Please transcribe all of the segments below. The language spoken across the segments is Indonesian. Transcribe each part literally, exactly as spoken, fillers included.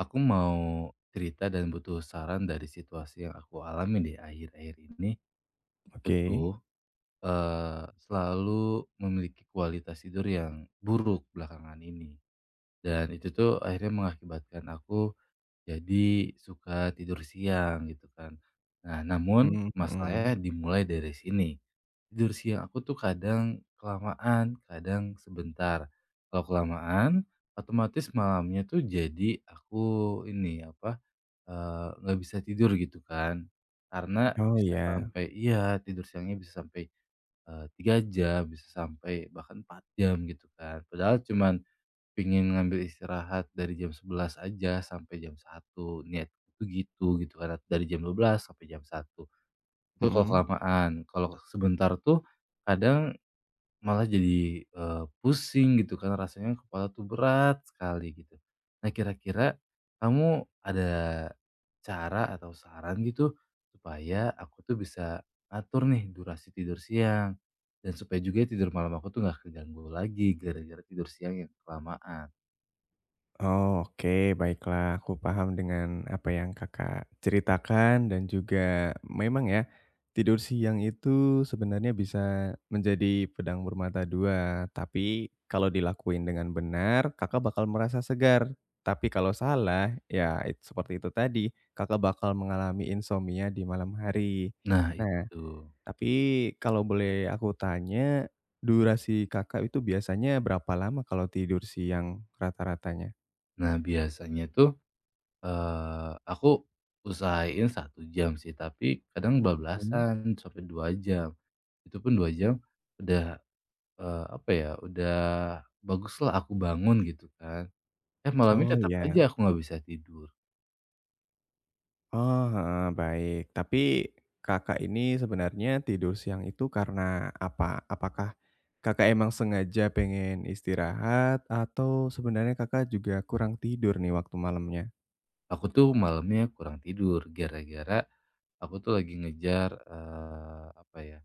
Aku mau cerita dan butuh saran dari situasi yang aku alami di akhir-akhir ini. Aku Oke. tuh eh, selalu memiliki kualitas tidur yang buruk belakangan ini. Dan itu tuh akhirnya mengakibatkan aku jadi suka tidur siang gitu kan. Nah, namun Mmm, mhm. masalahnya dimulai dari sini. Tidur siang aku tuh kadang kelamaan, kadang sebentar. Kalau kelamaan, otomatis malamnya tuh jadi aku ini apa, eee, nggak bisa tidur gitu kan. Karena Oh bisa ya. sampai iya, tidur siangnya bisa sampai, eee, tiga jam, bisa sampai bahkan empat jam gitu kan. Padahal cuman pingin ngambil istirahat dari jam sebelas aja sampai jam satu, niatku itu gitu, gitu kan. Dari jam dua belas sampai jam satu itu kalau Mhm. kelamaan. Kalau sebentar tuh kadang malah jadi, eee, pusing gitu kan, rasanya kepala tuh berat sekali gitu. Nah kira-kira kamu ada cara atau saran gitu supaya aku tuh bisa ngatur nih durasi tidur siang dan supaya juga tidur malam aku tuh nggak keganggu lagi gara-gara tidur siang yang kelamaan? Oh, oke, baiklah, aku paham dengan apa yang Kakak ceritakan dan juga memang ya, tidur siang itu sebenarnya bisa menjadi pedang bermata dua, tapi kalau dilakuin dengan benar, Kakak bakal merasa segar. Tapi kalau salah, ya it seperti itu tadi, Kakak bakal mengalami insomnia di malam hari. Nah Nah. itu. Tapi kalau boleh aku tanya, durasi Kakak itu biasanya berapa lama kalau tidur siang rata-ratanya? Nah biasanya tuh, eee, aku usahain satu jam sih, tapi kadang Mhm. bablasan sampai dua jam. Itu pun dua jam udah, eee, apa ya, udah bagus lah aku bangun gitu kan. Eh malamnya Oh tetap iya. aja aku nggak bisa tidur. Oh, heeh, baik. Tapi Kakak ini sebenarnya tidur siang itu karena apa? Apakah Kakak emang sengaja pengen istirahat atau sebenarnya Kakak juga kurang tidur nih waktu malamnya? Aku tuh malamnya kurang tidur gara-gara aku tuh lagi ngejar, eee, apa ya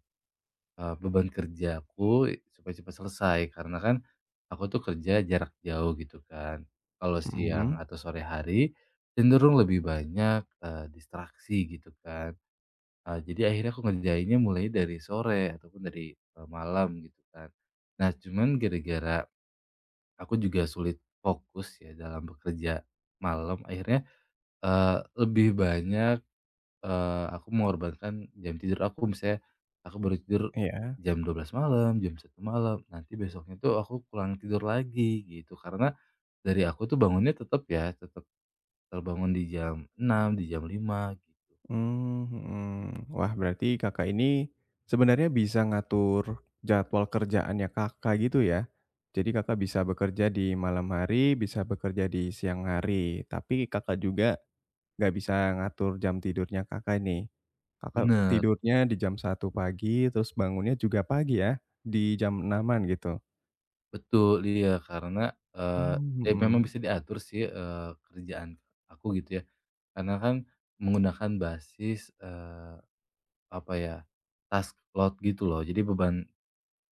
Eee, beban kerjaku supaya cepat selesai karena kan aku tuh kerja jarak jauh gitu kan. Kalau siang Mhm, atau sore hari cenderung lebih banyak, eee, distraksi gitu kan. Eee, jadi akhirnya aku ngerjainnya mulai dari sore ataupun dari, eee, malam gitu kan. Nah cuman gara-gara aku juga sulit fokus ya dalam bekerja malam akhirnya, eee, lebih banyak Eee, aku mengorbankan jam tidur aku, misalnya aku baru tidur iya. jam dua belas malam, jam satu malam, nanti besoknya tuh aku kurang tidur lagi gitu. Karena dari aku tuh bangunnya tetap ya, tetap terbangun di jam enam di jam lima gitu. Mmm, mhm. Wah, berarti Kakak ini sebenarnya bisa ngatur jadwal kerjaannya Kakak gitu ya? Jadi Kakak bisa bekerja di malam hari, bisa bekerja di siang hari, tapi Kakak juga nggak bisa ngatur jam tidurnya Kakak nih. Kakak Bener, tidurnya di jam satu pagi, terus bangunnya juga pagi ya, di jam enaman gitu? betul, iya, karena, eee, Mmm, ya memang mhm. bisa diatur sih, eee, kerjaan aku gitu ya, karena kan menggunakan basis, eee, apa ya, task load gitu loh, jadi beban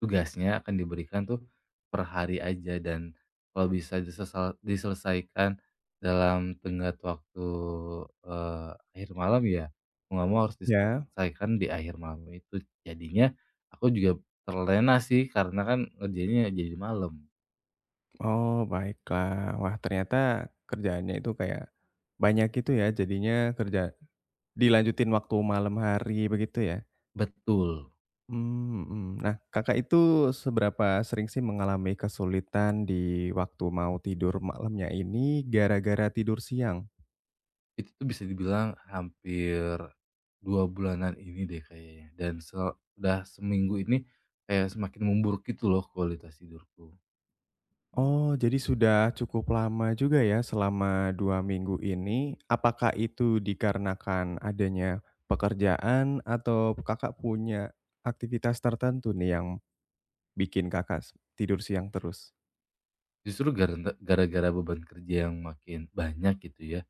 tugasnya akan diberikan tuh per hari aja dan kalau bisa disesal diselesaikan dalam tenggat waktu, eee, akhir malam ya, mau nggak mau harus Ya? diselesaikan di akhir malam itu. Jadinya aku juga terlena sih karena kan ngerjainnya jadi malam. Oh, baiklah. Wah, ternyata kerjaannya itu kayak banyak itu ya, jadinya kerja dilanjutin waktu malam hari begitu ya? Betul, Mmm, mhm. Nah, Kakak itu seberapa sering sih mengalami kesulitan di waktu mau tidur malamnya ini gara-gara tidur siang? itu tuh bisa dibilang hampir dua bulanan ini deh kayaknya dan se udah seminggu ini kayak semakin memburuk gitu loh kualitas tidurku. Oh, jadi sudah cukup lama juga ya selama dua minggu ini. Apakah itu dikarenakan adanya pekerjaan atau Kakak punya aktivitas tertentu nih yang bikin Kakak s tidur siang terus? Justru garanta gara-gara beban kerja yang makin banyak gitu ya,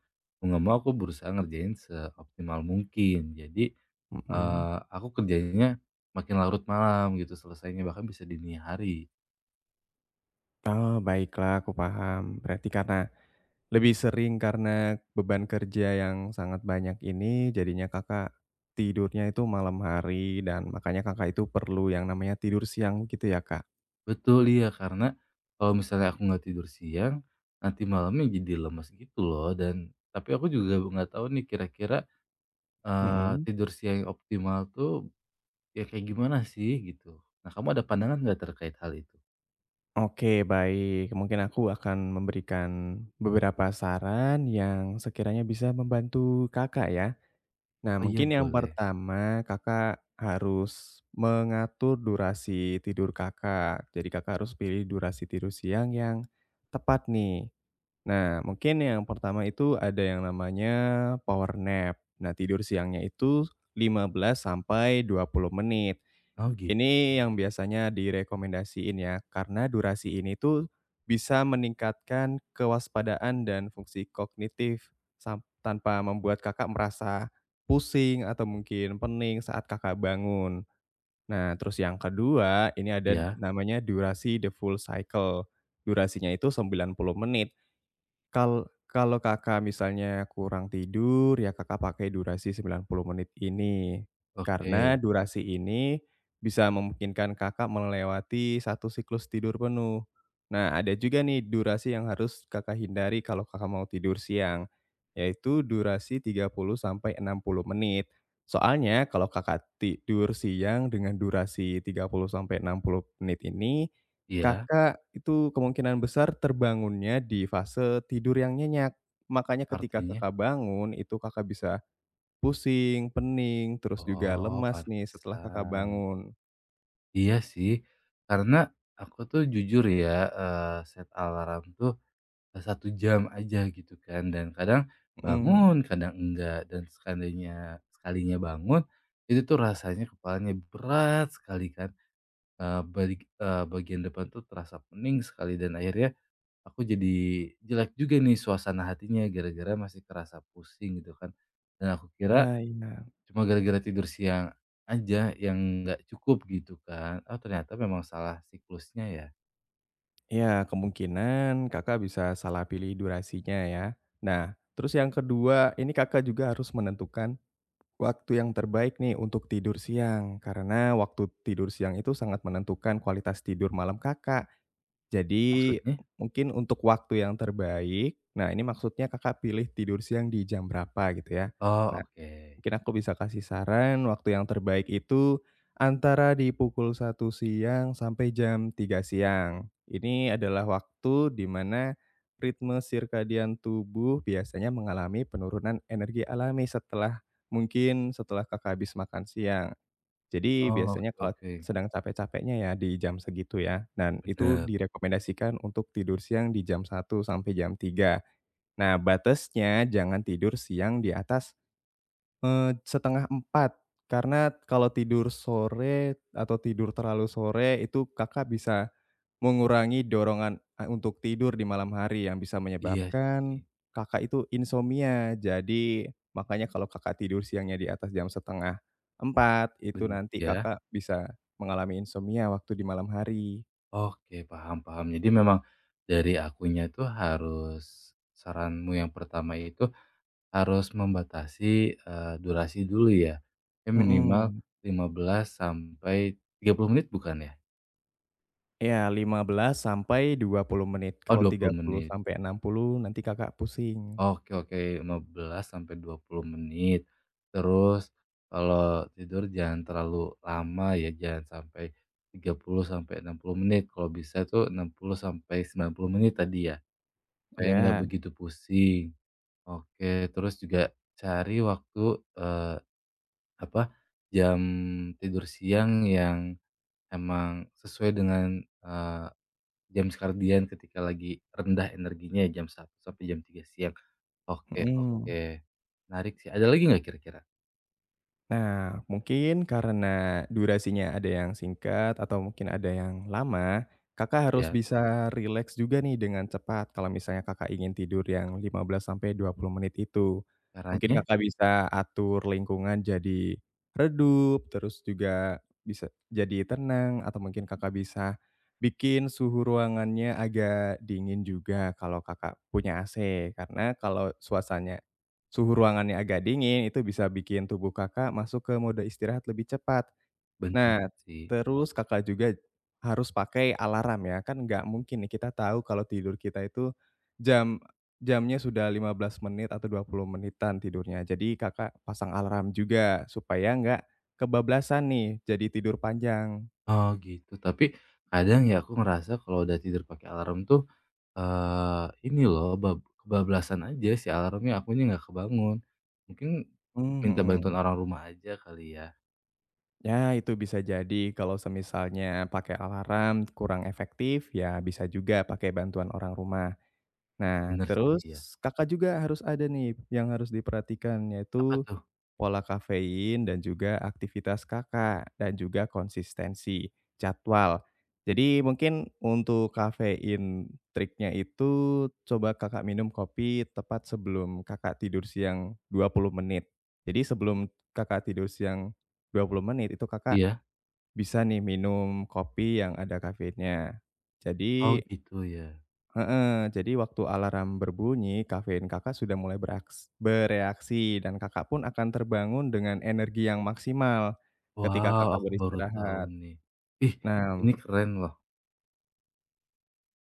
mau nggak mau aku berusaha ngerjain seoptimal mungkin. Jadi, Mhm. eee, aku kerjanya makin larut malam gitu selesainya, bahkan bisa dini hari. Oh, baiklah, aku paham. Berarti karena lebih sering karena beban kerja yang sangat banyak ini, jadinya Kakak tidurnya itu malam hari dan makanya Kakak itu perlu yang namanya tidur siang gitu ya, Kak? Betul, iya, karena kalau misalnya aku nggak tidur siang, nanti malamnya jadi lemes gitu loh dan tapi aku juga nggak tahu nih kira-kira, eee, Mhm. tidur siang yang optimal tuh ya kayak gimana sih gitu. Nah, kamu ada pandangan nggak terkait hal itu? Oke, baik. Mungkin aku akan memberikan beberapa saran yang sekiranya bisa membantu Kakak ya. Nah, Oh iya, mungkin yang boleh. pertama Kakak harus mengatur durasi tidur Kakak. Jadi Kakak harus pilih durasi tidur siang yang tepat nih. Nah, mungkin yang pertama itu ada yang namanya power nap. Nah, tidur siangnya itu lima belas sampai dua puluh menit. Oh gitu. Ini yang biasanya direkomendasiin ya, karena durasi ini tuh bisa meningkatkan kewaspadaan dan fungsi kognitif sam- tanpa membuat Kakak merasa pusing atau mungkin pening saat Kakak bangun. Nah, terus yang kedua, ini ada Iya. namanya durasi the full cycle. Durasinya itu sembilan puluh menit. Kal kalau Kakak misalnya kurang tidur, ya Kakak pakai durasi sembilan puluh menit ini. Karena Oke, durasi ini bisa memungkinkan Kakak melewati satu siklus tidur penuh. Nah, ada juga nih durasi yang harus Kakak hindari kalau Kakak mau tidur siang, yaitu durasi tiga puluh sampai enam puluh menit. Soalnya kalau Kakak tidur siang dengan durasi tiga puluh sampai enam puluh menit ini, iya, Kakak itu kemungkinan besar terbangunnya di fase tidur yang nyenyak. Makanya ketika artinya Kakak bangun itu Kakak bisa pusing, pening, terus juga oh lemas nih setelah Kakak pantesan. bangun. Iya sih, karena aku tuh jujur ya, eee, set alarm tuh, satu jam aja gitu kan dan kadang Mhm. bangun, kadang enggak dan sekalinya sekalinya bangun, itu tuh rasanya kepalanya berat sekali kan, eee, badig eee, bagian depan tuh terasa pening sekali dan akhirnya aku jadi jelek juga nih suasana hatinya gara-gara masih kerasa pusing gitu kan. Dan aku kira Ah, iya. cuma gara-gara tidur siang aja yang nggak cukup gitu kan. Oh ternyata memang salah siklusnya ya? Iya, kemungkinan Kakak bisa salah pilih durasinya ya. Nah, terus yang kedua, ini Kakak juga harus menentukan waktu yang terbaik nih untuk tidur siang, karena waktu tidur siang itu sangat menentukan kualitas tidur malam Kakak. Jadi Maksudnya? mungkin untuk waktu yang terbaik, nah ini maksudnya Kakak pilih tidur siang di jam berapa gitu ya. Oh Nah, oke. mungkin aku bisa kasih saran waktu yang terbaik itu antara di pukul satu siang sampai jam tiga siang. Ini adalah waktu di mana ritme sirkadian tubuh biasanya mengalami penurunan energi alami setelah mungkin setelah Kakak habis makan siang. Jadi Oh biasanya oke kalau oke. sedang capek-capeknya ya di jam segitu ya, dan itu Bener. direkomendasikan untuk tidur siang di jam satu sampai jam tiga. Nah, batasnya jangan tidur siang di atas Eee, setengah empat karena kalau tidur sore atau tidur terlalu sore itu Kakak bisa mengurangi dorongan, eee, untuk tidur di malam hari yang bisa Iya menyebabkan sih, Kakak itu insomnia. Jadi makanya kalau Kakak tidur siangnya di atas jam setengah empat itu bener nanti ya. Kakak bisa mengalami insomnia waktu di malam hari. Oke paham paham. Jadi memang dari akunya tuh harus saranmu yang pertama itu harus membatasi, eee, durasi dulu ya? Ya minimal Mhm. lima belas sampai tiga puluh menit bukan ya? Iya, lima belas sampai dua puluh menit, Oh kalau dua tiga puluh puluh menit. sampai enam puluh nanti Kakak pusing. Oke oke, lima belas sampai dua puluh menit. Terus kalau tidur jangan terlalu lama ya, jangan sampai tiga puluh sampai enam puluh menit, kalau bisa tuh enam puluh sampai sembilan puluh menit tadi ya, supaya nggak Iya, begitu pusing. Oke, terus juga cari waktu, eee, apa, jam tidur siang yang emang sesuai dengan, eh, jam Skardian ketika lagi rendah energinya ya, jam satu sampai jam tiga siang. Oke mhm. oke. Menarik sih, ada lagi nggak kira-kira? Nah, mungkin karena durasinya ada yang singkat atau mungkin ada yang lama, Kakak harus Ya, bisa rileks juga nih dengan cepat kalau misalnya Kakak ingin tidur yang lima belas sampai dua puluh menit itu. Mungkin caranya Kakak bisa atur lingkungan jadi redup, terus juga bisa jadi tenang atau mungkin Kakak bisa bikin suhu ruangannya agak dingin juga kalau Kakak punya A C. Karena kalau suasananya suhu ruangannya agak dingin, itu bisa bikin tubuh Kakak masuk ke mode istirahat lebih cepat. bener Nah, sih. terus Kakak juga harus pakai alarm ya, kan nggak mungkin nih kita tahu kalau tidur kita itu jam jamnya sudah lima belas menit atau dua puluh menitan tidurnya. Jadi Kakak pasang alarm juga supaya nggak kebablasan nih, jadi tidur panjang. Oh gitu, tapi kadang ya aku ngerasa kalau udah tidur pakai alarm tuh, eee, ini loh bab kebablasan aja si alarmnya, akunya nggak kebangun. Mungkin Mmm, minta mhm. bantuan orang rumah aja kali ya? Ya, itu bisa jadi kalau semisalnya pakai alarm kurang efektif, ya bisa juga pakai bantuan orang rumah. Nah, oh, Bener sih ya. terus Kakak juga harus ada nih yang harus diperhatikan, Apa yaitu tuh? pola kafein dan juga aktivitas Kakak, dan juga konsistensi jadwal. Jadi mungkin untuk kafein triknya itu coba Kakak minum kopi tepat sebelum Kakak tidur siang dua puluh menit. Jadi sebelum Kakak tidur siang dua puluh menit itu Kakak Iya? bisa nih minum kopi yang ada kafeinnya. Oh Jadi, gitu ya? heeh, jadi waktu alarm berbunyi, kafein Kakak sudah mulai beraks bereaksi dan Kakak pun akan terbangun dengan energi yang maksimal ketika Wow, Kakak aku baru tahu beristirahat. nih. Ih, Nah. ini keren loh.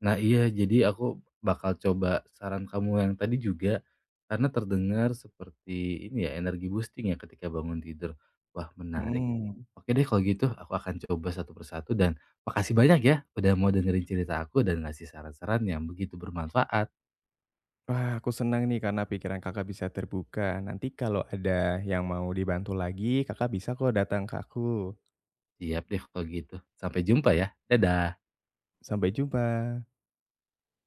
Nah iya, jadi aku bakal coba saran kamu yang tadi juga, karena terdengar seperti ini ya, energi boosting ya ketika bangun tidur. Wah menarik. mhm. Oke deh kalau gitu aku akan coba satu persatu dan makasih banyak ya udah mau dengerin cerita aku dan ngasih saran-saran yang begitu bermanfaat. Wah, aku senang nih karena pikiran Kakak bisa terbuka. Nanti kalau ada yang mau dibantu lagi, Kakak bisa kok datang ke aku. Siap deh kalau gitu. Sampai jumpa ya. Dadah. Sampai jumpa.